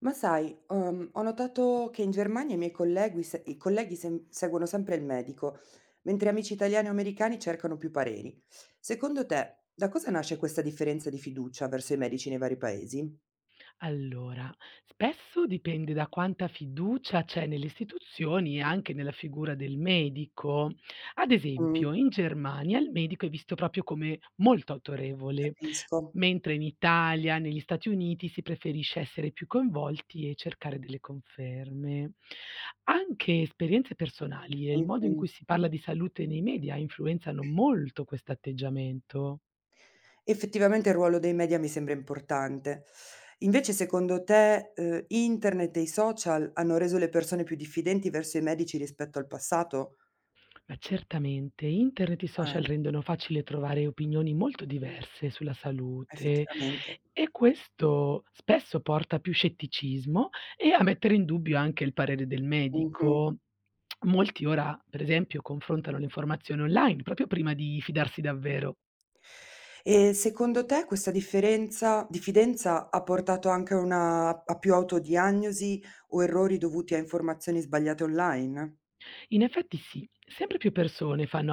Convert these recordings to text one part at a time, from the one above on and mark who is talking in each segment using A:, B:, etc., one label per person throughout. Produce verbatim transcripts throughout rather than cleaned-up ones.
A: Ma sai, uhm, ho notato che in Germania i miei colleghi se i colleghi sem seguono sempre il medico, mentre amici italiani o americani cercano più pareri. Secondo te, da cosa nasce questa differenza di fiducia verso i medici nei vari paesi?
B: Allora, spesso dipende da quanta fiducia c'è nelle istituzioni e anche nella figura del medico. Ad esempio,
A: Mh,
B: in Germania il medico è visto proprio come molto autorevole,
A: capisco.
B: mentre in Italia, negli Stati Uniti si preferisce essere più coinvolti e cercare delle conferme. Anche esperienze personali e il modo in
A: Mh-mh.
B: cui si parla di salute nei media influenzano molto questo atteggiamento.
A: Effettivamente il ruolo dei media mi sembra importante. Invece secondo te, uhm, internet e i social hanno reso le persone più diffidenti verso i medici rispetto al passato?
B: Ma certamente, internet e social
A: Ah,
B: rendono facile trovare opinioni molto diverse sulla salute
A: effettivamente.
B: e questo spesso porta a più scetticismo e a mettere in dubbio anche il parere del
A: Mh-mh.
B: medico. Molti ora, per esempio, confrontano le informazioni online proprio prima di fidarsi davvero.
A: E secondo te questa differenza diffidenza ha portato anche a una a più autodiagnosi o errori dovuti a informazioni sbagliate online?
B: In effetti sì, sempre più persone fanno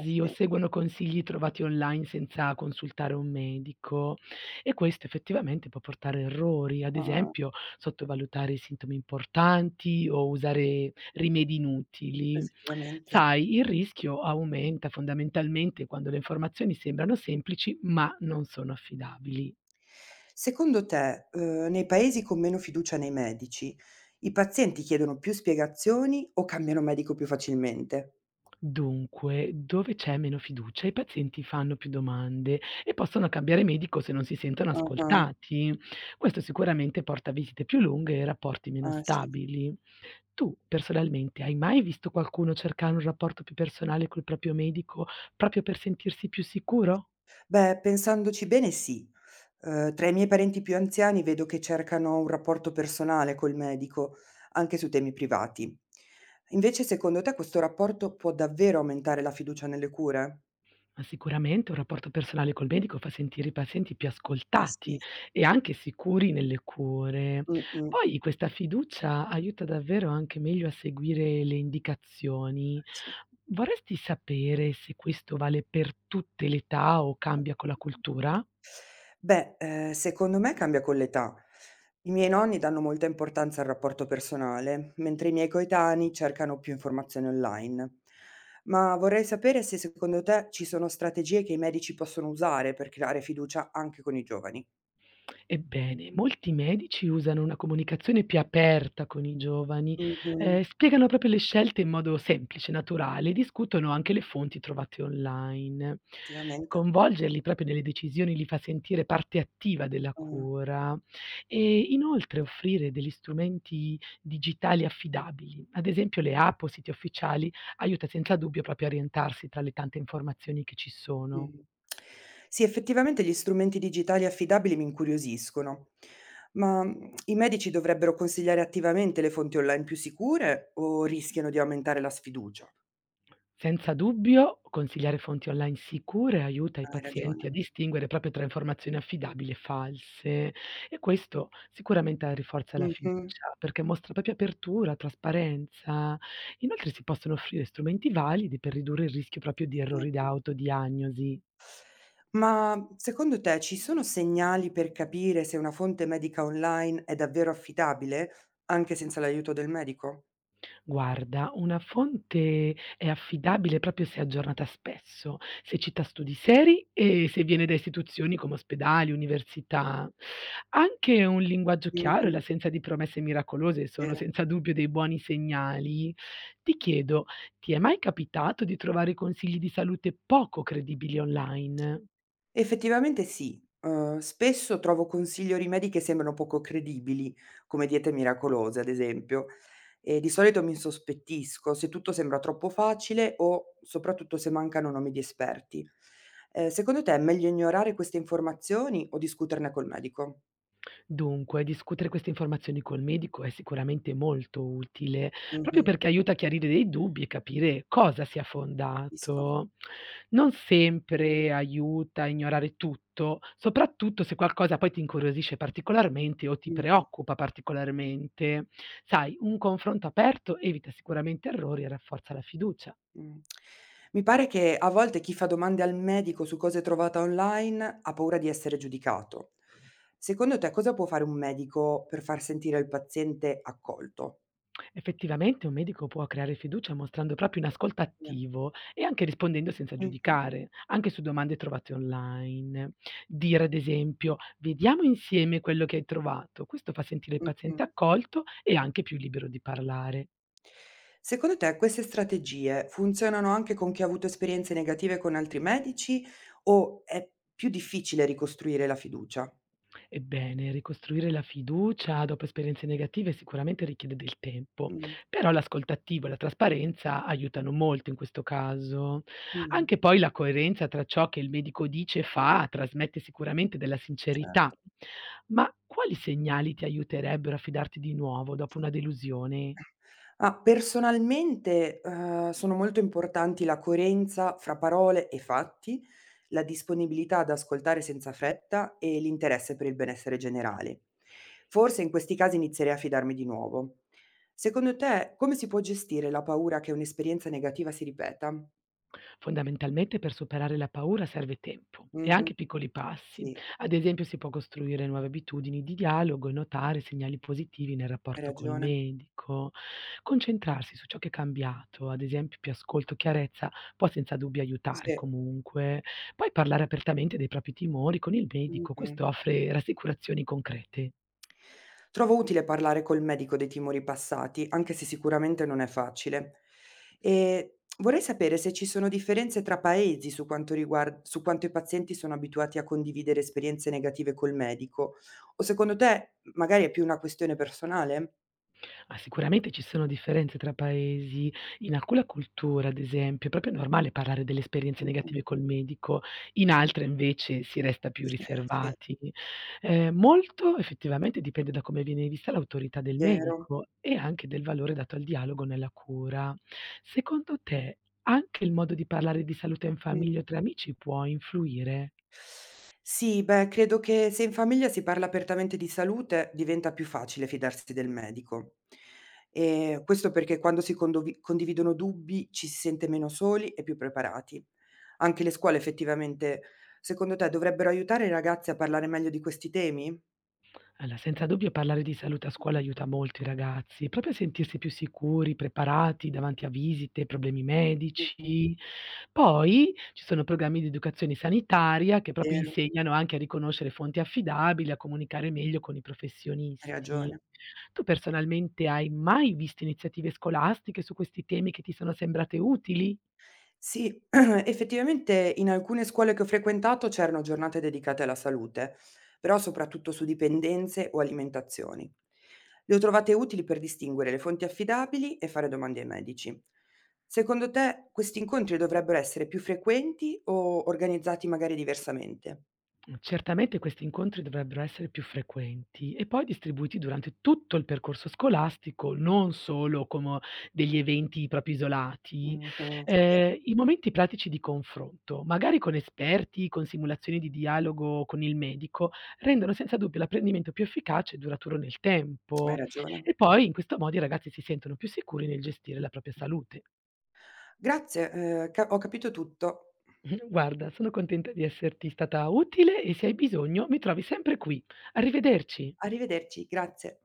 A: Eh
B: o
A: sì.
B: seguono consigli trovati online senza consultare un medico e questo effettivamente può portare a errori, ad
A: Ah,
B: esempio sottovalutare i sintomi importanti o usare rimedi inutili.
A: effettivamente.
B: Sai, il rischio aumenta fondamentalmente quando le informazioni sembrano semplici ma non sono affidabili.
A: Secondo te, uhm, nei paesi con meno fiducia nei medici, i pazienti chiedono più spiegazioni o cambiano medico più facilmente?
B: Dunque, dove c'è meno fiducia, i pazienti fanno più domande e possono cambiare medico se non si sentono
A: Ah-ah,
B: ascoltati. Questo sicuramente porta a visite più lunghe e rapporti meno
A: ah ah, sì.
B: stabili. Tu, personalmente, hai mai visto qualcuno cercare un rapporto più personale col proprio medico proprio per sentirsi più sicuro?
A: Beh, pensandoci bene sì. Uhm, tra i miei parenti più anziani vedo che cercano un rapporto personale col medico, anche su temi privati. Invece secondo te questo rapporto può davvero aumentare la fiducia nelle cure?
B: Ma sicuramente un rapporto personale col medico fa sentire i pazienti più
A: Eh
B: ascoltati
A: sì.
B: e anche sicuri nelle cure.
A: Mh-mh.
B: Poi questa fiducia aiuta davvero anche meglio a seguire le indicazioni. Vorresti sapere se questo vale per tutte le età o
A: Sì.
B: cambia con la cultura?
A: Beh, ehm, secondo me cambia con l'età. I miei nonni danno molta importanza al rapporto personale, mentre i miei coetanei cercano più informazioni online. Ma vorrei sapere se secondo te ci sono strategie che i medici possono usare per creare fiducia anche con i giovani.
B: Ebbene, molti medici usano una comunicazione più aperta con i giovani,
A: Mh-mh.
B: eh, spiegano proprio le scelte in modo semplice, naturale, e discutono anche le fonti trovate online.
A: Effettivamente.
B: Coinvolgerli proprio nelle decisioni li fa sentire parte attiva della
A: Mh.
B: cura e inoltre offrire degli strumenti digitali affidabili, ad esempio le app o siti ufficiali, aiuta senza dubbio proprio a orientarsi tra le tante informazioni che ci
A: Mh.
B: sono.
A: Sì, effettivamente gli strumenti digitali affidabili mi incuriosiscono, ma, mhmm, i medici dovrebbero consigliare attivamente le fonti online più sicure o rischiano di aumentare la sfiducia?
B: Senza dubbio, consigliare fonti online sicure aiuta i
A: Hai
B: pazienti
A: ragione.
B: a distinguere proprio tra informazioni affidabili e false e questo sicuramente rinforza la
A: Mh-mh.
B: fiducia perché mostra proprio apertura, trasparenza. Inoltre si possono offrire strumenti validi per ridurre il rischio proprio di
A: Sì.
B: errori da autodiagnosi.
A: Ma secondo te ci sono segnali per capire se una fonte medica online è davvero affidabile, anche senza l'aiuto del medico?
B: Guarda, una fonte è affidabile proprio se aggiornata spesso, se cita studi seri e se viene da istituzioni come ospedali, università. Anche un linguaggio chiaro e
A: Mh-mh,
B: l'assenza di promesse miracolose sono
A: vero.
B: senza dubbio dei buoni segnali. Ti chiedo, ti è mai capitato di trovare consigli di salute poco credibili online?
A: Effettivamente sì. Uhm, spesso trovo consigli o rimedi che sembrano poco credibili, come diete miracolose ad esempio, e di solito mi insospettisco se tutto sembra troppo facile o soprattutto se mancano nomi di esperti. Ehm, secondo te è meglio ignorare queste informazioni o discuterne col medico?
B: Dunque, discutere queste informazioni col medico è sicuramente molto utile, proprio
A: Mh-mh,
B: perché aiuta a chiarire dei dubbi e capire cosa sia
A: capisco.
B: fondato. Non sempre aiuta a ignorare tutto, soprattutto se qualcosa poi ti incuriosisce particolarmente o ti
A: Mh-mh,
B: preoccupa particolarmente. Sai, un confronto aperto evita sicuramente errori e rafforza la fiducia.
A: mh. Mi pare che a volte chi fa domande al medico su cose trovate online ha paura di essere giudicato. Secondo te cosa può fare un medico per far sentire il paziente accolto?
B: Effettivamente un medico può creare fiducia mostrando proprio un ascolto
A: Mh.
B: attivo e anche rispondendo senza
A: Mh-mh,
B: giudicare, anche su domande trovate online. Dire ad esempio, vediamo insieme quello che hai trovato. Questo fa sentire il paziente
A: mh-mh.
B: accolto e anche più libero di parlare.
A: Secondo te queste strategie funzionano anche con chi ha avuto esperienze negative con altri medici o è più difficile ricostruire la fiducia?
B: Ebbene, ricostruire la fiducia dopo esperienze negative sicuramente richiede del tempo,
A: Mh,
B: però l'ascolto attivo e la trasparenza aiutano molto in questo caso.
A: mh,
B: Anche poi la coerenza tra ciò che il medico dice e fa trasmette sicuramente della sincerità.
A: certo.
B: Ma quali segnali ti aiuterebbero a fidarti di nuovo dopo una delusione?
A: Ah, personalmente, uhm, sono molto importanti la coerenza fra parole e fatti, la disponibilità ad ascoltare senza fretta e l'interesse per il benessere generale. Forse in questi casi inizierei a fidarmi di nuovo. Secondo te, come si può gestire la paura che un'esperienza negativa si ripeta?
B: Fondamentalmente per superare la paura serve tempo e
A: Mh-mh,
B: anche piccoli passi.
A: sì,
B: Ad esempio si può costruire nuove abitudini di dialogo e notare segnali positivi nel
A: hai
B: rapporto col
A: ragione.
B: medico, concentrarsi su ciò che è cambiato, ad esempio più ascolto, chiarezza, può senza dubbio aiutare
A: Sì,
B: comunque. Poi parlare apertamente dei propri timori con il medico,
A: mh-mh.
B: questo offre rassicurazioni concrete.
A: Trovo utile parlare col medico dei timori passati, anche se sicuramente non è facile. E vorrei sapere se ci sono differenze tra paesi su quanto riguarda, su quanto i pazienti sono abituati a condividere esperienze negative col medico, o secondo te magari è più una questione personale?
B: Ah, sicuramente ci sono differenze tra paesi. In alcuna cultura, ad esempio, è proprio normale parlare delle esperienze
A: Mh-mh.
B: negative col medico, in altre invece si resta più
A: Sì, sì.
B: riservati. Ehm, molto effettivamente dipende da come viene vista l'autorità del
A: Vero.
B: medico e anche del valore dato al dialogo nella cura. Secondo te, anche il modo di parlare di salute in
A: Mh.
B: famiglia o tra amici può influire?
A: Sì, beh, credo che se in famiglia si parla apertamente di salute diventa più facile fidarsi del medico. Ehm, questo perché quando si condovi condividono dubbi ci si sente meno soli e più preparati. Anche le scuole effettivamente, secondo te, dovrebbero aiutare i ragazzi a parlare meglio di questi temi?
B: Allora, senza dubbio parlare di salute a scuola
A: Mh-mh,
B: aiuta molto i ragazzi, proprio a sentirsi più sicuri, preparati davanti a visite, problemi
A: mh-mh.
B: medici. Poi ci sono programmi di educazione sanitaria che proprio
A: Vero,
B: insegnano anche a riconoscere fonti affidabili, a comunicare meglio con i
A: hai
B: professionisti.
A: ragione.
B: Tu personalmente hai mai visto iniziative scolastiche su questi temi che ti sono sembrate utili?
A: Sì, effettivamente in alcune scuole che ho frequentato c'erano giornate dedicate alla salute, però soprattutto su dipendenze o alimentazioni. Le ho trovate utili per distinguere le fonti affidabili e fare domande ai medici. Secondo te questi incontri dovrebbero essere più frequenti o organizzati magari diversamente?
B: Mh, certamente questi incontri dovrebbero essere più frequenti e poi distribuiti durante tutto il percorso scolastico, non solo como degli eventi proprio isolati.
A: Mh-mh, vero,
B: Ehm, i momenti pratici di confronto, magari con esperti, con simulazioni di dialogo con il medico, rendono senza dubbio l'apprendimento più efficace e duraturo nel
A: hai
B: tempo.
A: ragione.
B: E poi in questo modo i ragazzi si sentono più sicuri nel gestire la propria salute.
A: Grazie, ehm, ca ho capito tutto.
B: Guarda, sono contenta di esserti stata utile e se hai bisogno mi trovi sempre qui. Arrivederci.
A: Arrivederci, grazie.